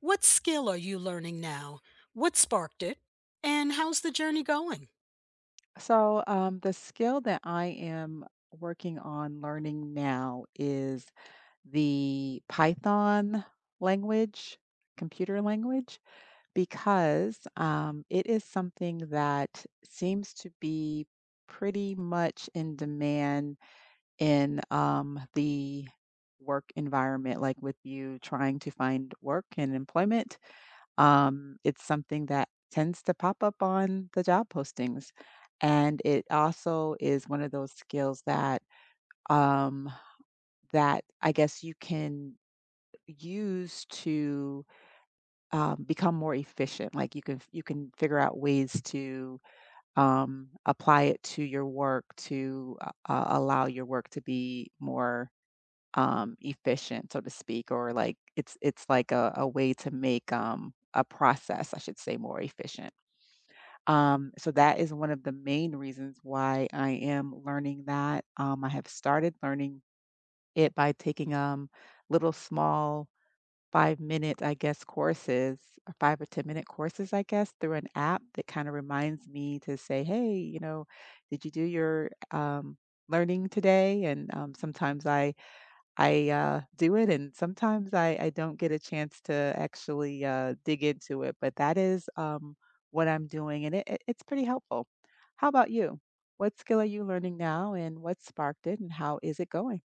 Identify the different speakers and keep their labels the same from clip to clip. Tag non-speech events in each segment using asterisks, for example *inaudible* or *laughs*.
Speaker 1: What skill are you learning now? What sparked it? And how's the journey going?
Speaker 2: So, the skill that I am working on learning now is the Python language, computer language, because it is something that seems to be pretty much in demand in the work environment, like with you trying to find work and employment. It's something that tends to pop up on the job postings. And it also is one of those skills that um, that I guess you can use to become more efficient. Like you can figure out ways to apply it to your work to allow your work to be more efficient, so to speak, or like it's like a way to make a process, I should say, more efficient. So that is one of the main reasons why I am learning that. I have started learning it by taking little small 5-minute, I guess, courses, or five or 10-minute courses, I guess, through an app that kind of reminds me to say, hey, did you do your learning today? And sometimes I do it, and sometimes I don't get a chance to actually, dig into it, but that is, what I'm doing, and it's pretty helpful. How about you? What skill are you learning now, and what sparked it, and how is it going?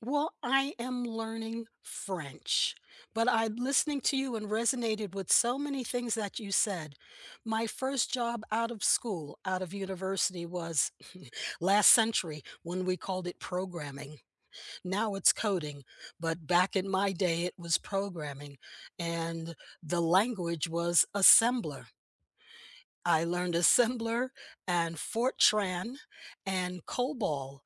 Speaker 1: Well, I am learning French, but I listening to you and resonated with so many things that you said. My first job out of school, out of university was last century when we called it programming. Now it's coding, but back in my day it was programming and the language was assembler. I learned assembler and Fortran and COBOL.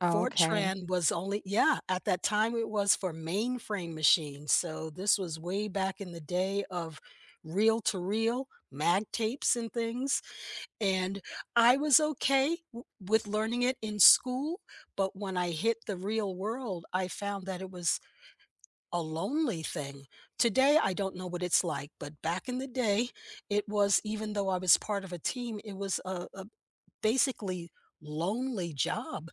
Speaker 2: Oh, okay,
Speaker 1: Fortran was only yeah, at that time, it was for mainframe machines, so this was way back in the day of reel-to-reel, mag tapes and things, and I was okay w with learning it in school, but when I hit the real world, I found that it was a lonely thing. Today, I don't know what it's like, but back in the day, it was, even though I was part of a team, it was a basically lonely job.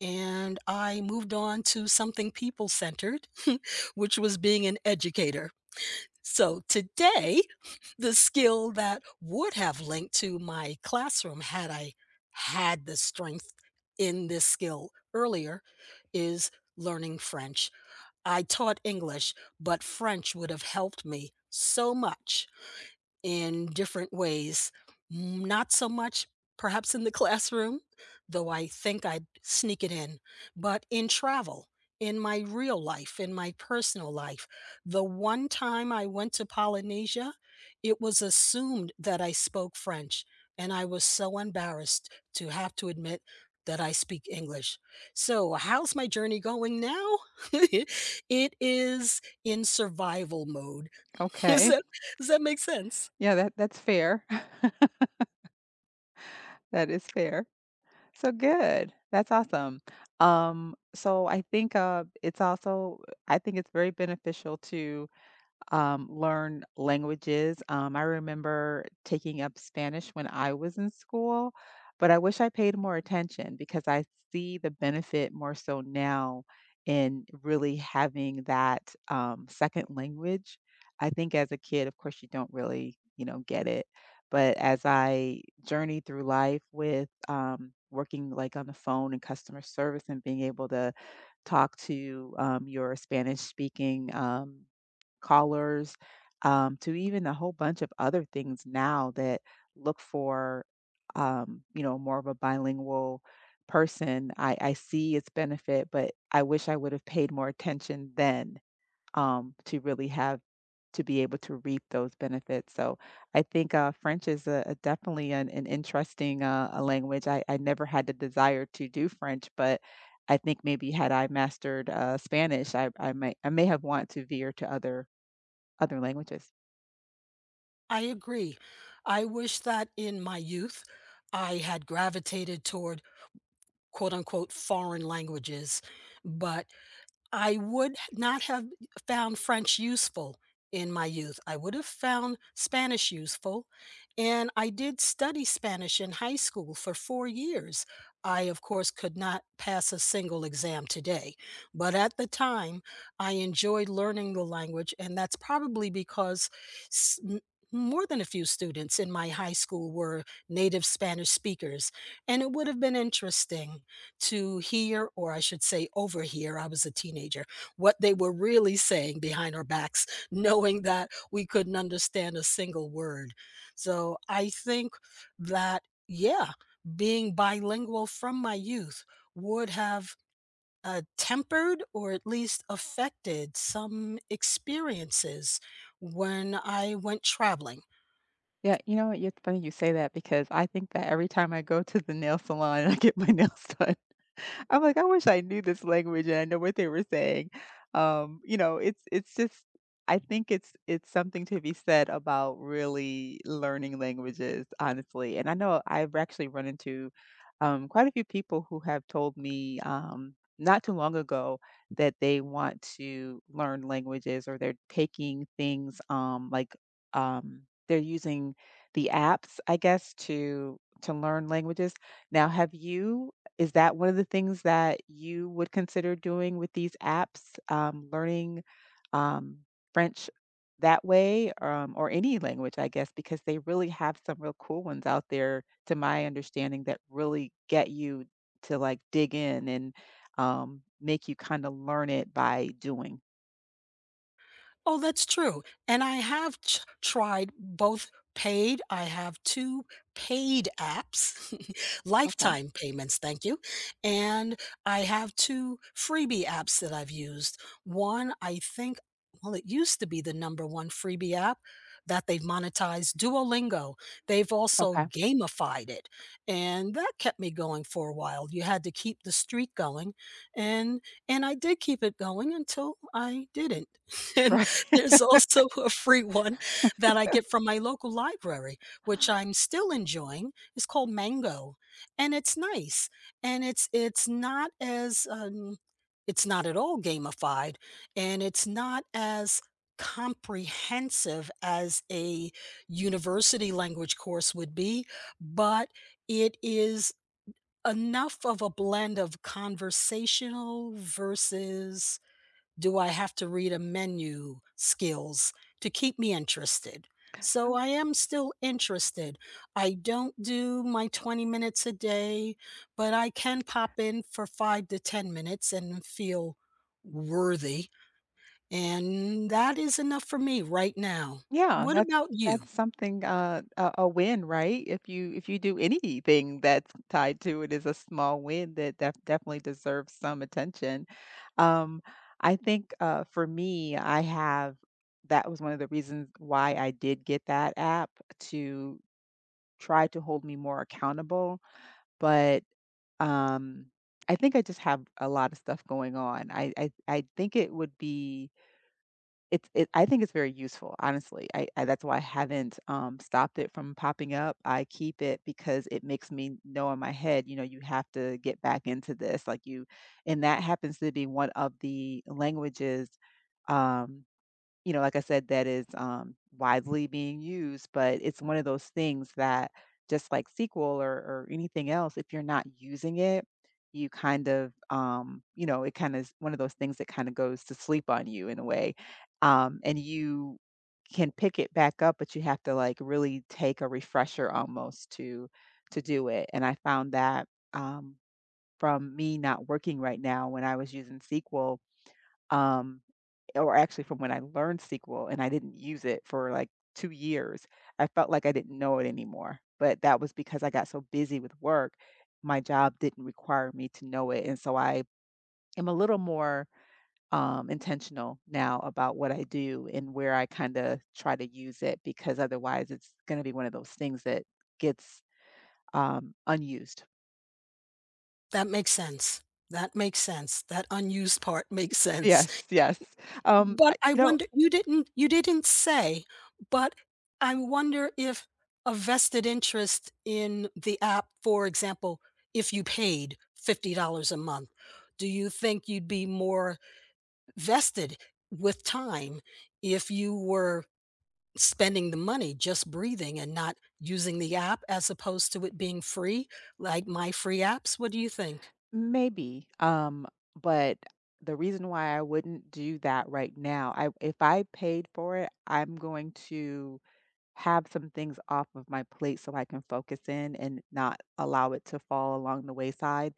Speaker 1: And I moved on to something people centered, *laughs* which was being an educator. So today, *laughs* the skill that would have linked to my classroom had I had the strength in this skill earlier is learning French. I taught English, but French would have helped me so much in different ways. Mm, not so much perhaps in the classroom, though I think I'd sneak it in, but in travel, in my real life, in my personal life. The one time I went to Polynesia, it was assumed that I spoke French, and I was so embarrassed to have to admit that I speak English. So, how's my journey going now? *laughs* It is in survival mode. *laughs* Does
Speaker 2: okay.
Speaker 1: that, does that make sense?
Speaker 2: Yeah, that's fair. *laughs* That is fair. So good. That's awesome. So I think, it's also I think it's very beneficial to learn languages. I remember taking up Spanish when I was in school, but I wish I paid more attention because I see the benefit more so now in really having that second language. I think as a kid, of course, you don't really, get it. But as I journey through life with working like on the phone and customer service and being able to talk to your Spanish speaking callers, to even a whole bunch of other things now that look for, more of a bilingual person. I see its benefit, but I wish I would have paid more attention then to really have to be able to reap those benefits. So I think French is a definitely an interesting a language. I never had the desire to do French, but I think maybe had I mastered Spanish, I may have wanted to veer to other languages.
Speaker 1: I agree. I wish that in my youth I had gravitated toward quote unquote foreign languages, but I would not have found French useful in my youth. I would have found Spanish useful, and I did study Spanish in high school for 4 years. I, of course, could not pass a single exam today, but at the time, I enjoyed learning the language, and that's probably because s m more than a few students in my high school were native Spanish speakers, and it would have been interesting to hear, or I should say overhear, I was a teenager, what they were really saying behind our backs, *laughs* knowing that we couldn't understand a single word. So I think that, yeah, being bilingual from my youth would have tempered or at least affected some experiences when I went traveling.
Speaker 2: Yeah, you know what, it's funny you say that because I think that every time I go to the nail salon *laughs* and I get my nails done, I'm like, I wish I knew this language and I know what they were saying. It's just I think it's something to be said about really learning languages, honestly. And I know I've actually run into quite a few people who have told me not too long ago that they want to learn languages or they're taking things like um, they're using the apps, I guess, to learn languages. Now, have you is that one of the things that you would consider doing with these apps, learning, um, French that way, or any language, I guess, because they really have some real cool ones out there, to my understanding, that really get you to, like, dig in and, make you kinda learn it by doing.
Speaker 1: Oh, that's true, and I have t tried both paid I have 2 paid apps, *laughs*
Speaker 2: Okay.
Speaker 1: lifetime payments, thank you, and I have 2 freebie apps that I've used. One, I think well, it used to be the number 1 freebie app that they've monetized, Duolingo. They've also
Speaker 2: Okay.
Speaker 1: gamified it, and that kept me going for a while. You had to keep the streak going, and and I did keep it going until I didn't. *laughs* And
Speaker 2: *laughs*
Speaker 1: there's *laughs* also a free one that I get from my local library, which I'm still enjoying. It's called Mango, and it's nice, and it's not as, it's not at all gamified, and it's not as comprehensive as a university language course would be, but it is enough of a blend of conversational versus do I have to read a menu skills to keep me interested? So
Speaker 2: Right.
Speaker 1: I am still interested. I don't do my 20 minutes a day, but I can pop in for five to 10 minutes and feel worthy. And that is enough for me right now.
Speaker 2: Yeah,
Speaker 1: What
Speaker 2: that's
Speaker 1: about you?
Speaker 2: that's something, a win, right? If you do anything that's tied to it is a small win that definitely deserves some attention. Um, I think, for me, I have that was one of the reasons why I did get that app to try to hold me more accountable, but, um, I think I just have a lot of stuff going on. I think it would be it's it I think it's very useful, honestly. I that's why I haven't, stopped it from popping up. I keep it because it makes me know in my head, you have to get back into this, like, you and that happens to be one of the languages, um like I said, that is widely being used, but it's one of those things that just like SQL or anything else, if you're not using it, you kind of, it kind of is one of those things that kind of goes to sleep on you in a way. And you can pick it back up, but you have to like really take a refresher almost to do it. And I found that um, from me not working right now when I was using SQL. Um, or actually from when I learned SQL and I didn't use it for like 2 years, I felt like I didn't know it anymore, but that was because I got so busy with work, my job didn't require me to know it, and so I am a little more, intentional now about what I do and where I kinda try to use it because otherwise it's gonna be one of those things that gets, unused.
Speaker 1: That makes sense. That makes sense. That unused part *laughs* makes sense.
Speaker 2: Yes, yes.
Speaker 1: But
Speaker 2: I
Speaker 1: I
Speaker 2: you know
Speaker 1: wonder you didn't say, but I wonder if a vested interest in the app, for example, if you paid $50 a month, do you think you'd be more vested with time if you were spending the money just breathing and not using the app as opposed to it being free, like my free apps? What do you think?
Speaker 2: Maybe, but the reason why I wouldn't do that right now, I if I paid for it, I'm going to have some things off of my plate so I can focus in and not allow it to fall along the wayside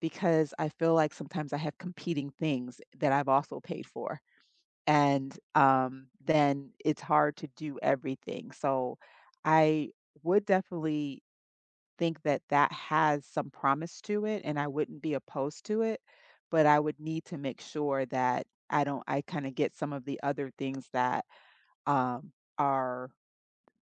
Speaker 2: because I feel like sometimes I have competing things that I've also paid for. And then it's hard to do everything. So I would definitely think that that has some promise to it and I wouldn't be opposed to it, but I would need to make sure that I don't I kind of get some of the other things that um are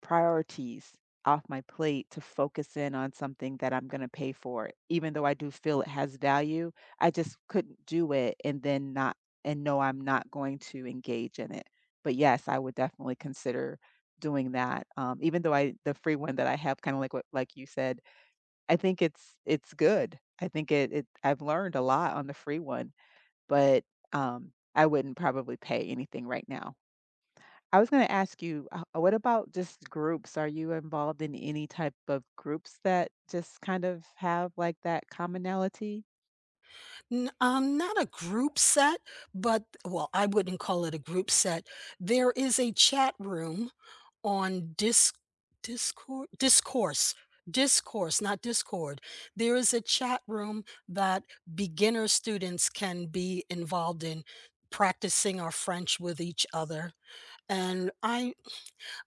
Speaker 2: priorities off my plate to focus in on something that I'm going to pay for. Even though I do feel it has value, I just couldn't do it and then not, and no, I'm not going to engage in it. But yes, I would definitely consider doing that. Even though I the free one that I have, kind of like what like you said, I think it's good. I think it it I've learned a lot on the free one, but, I wouldn't probably pay anything right now. I was gonna ask you, what about just groups? Are you involved in any type of groups that just kind of have, like, that commonality?
Speaker 1: N not a group set, but well, I wouldn't call it a group set. There is a chat room on Discord Discourse Discourse, not Discord. There is a chat room that beginner students can be involved in practicing our French with each other, and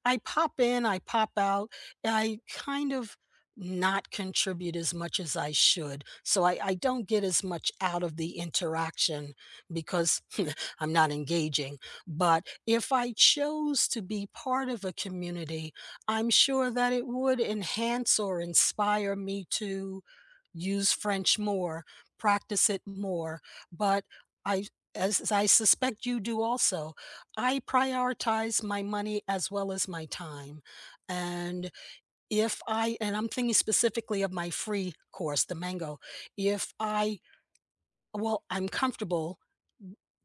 Speaker 1: I pop in, I pop out. I kind of not contribute as much as I should. So I don't get as much out of the interaction because *laughs* I'm not engaging. But if I chose to be part of a community, I'm sure that it would enhance or inspire me to use French more, practice it more. But I, as I suspect you do also, I prioritize my money as well as my time. And if I, and I'm thinking specifically of my free course, the Mango, if I, well, I'm comfortable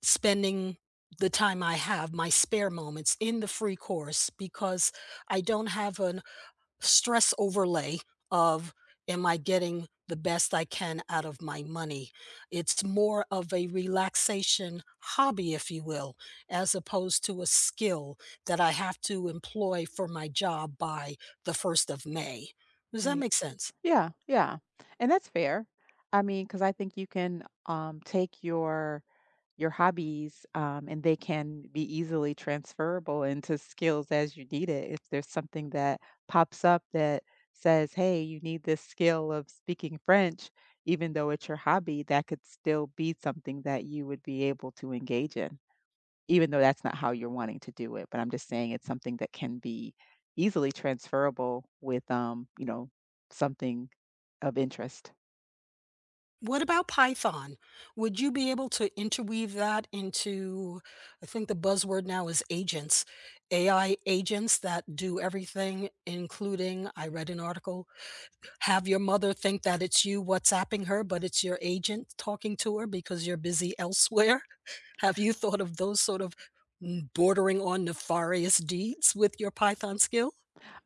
Speaker 1: spending the time I have, my spare moments in the free course because I don't have an stress overlay of am I getting the best I can out of my money? It's more of a relaxation hobby, if you will, as opposed to a skill that I have to employ for my job by the 1st of May. Does that
Speaker 2: Right.
Speaker 1: make sense?
Speaker 2: Yeah, yeah, and that's fair. I mean, because I think you can, take your hobbies, and they can be easily transferable into skills as you need it. If there's something that pops up that says, hey, you need this skill of speaking French, even though it's your hobby, that could still be something that you would be able to engage in, even though that's not how you're wanting to do it. But I'm just saying it's something that can be easily transferable with, something of interest.
Speaker 1: What about Python? Would you be able to interweave that into, I think the buzzword now is agents, AI agents that do everything, including, I read an article Have your mother think that it's you WhatsApping her, but it's your agent talking to her because you're busy elsewhere. *laughs* Have you thought of those sort of bordering on nefarious deeds with your Python skill?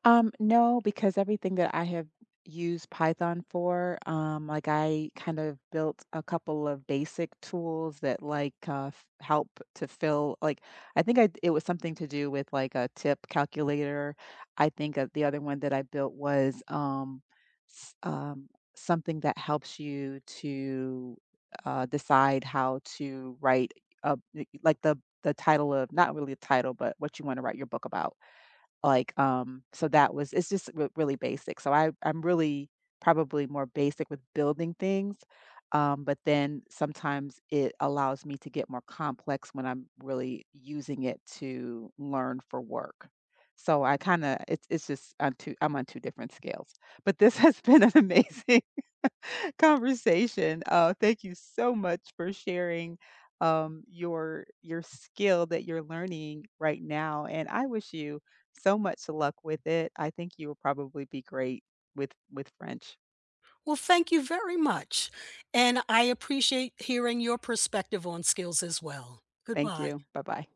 Speaker 2: No, because everything that I have used Python for, like I kind of built a couple of basic tools that like help to fill. Like I think I it was something to do with like a tip calculator. I think the other one that I built was s- um, something that helps you to decide how to write a, like the title of, not really a title, but what you want to write your book about. So that was it's just r really basic. So I'm really probably more basic with building things, but then sometimes it allows me to get more complex when I'm really using it to learn for work. So I kinda it's just on 2, I'm on 2 different scales. But this *laughs* has been an amazing *laughs* conversation. Thank you so much for sharing your skill that you're learning right now, and I wish you so much luck with it. I think you will probably be great with French.
Speaker 1: Well, thank you very much. And I appreciate hearing your perspective on skills as well.
Speaker 2: Thank
Speaker 1: Goodbye.
Speaker 2: you. Bye bye.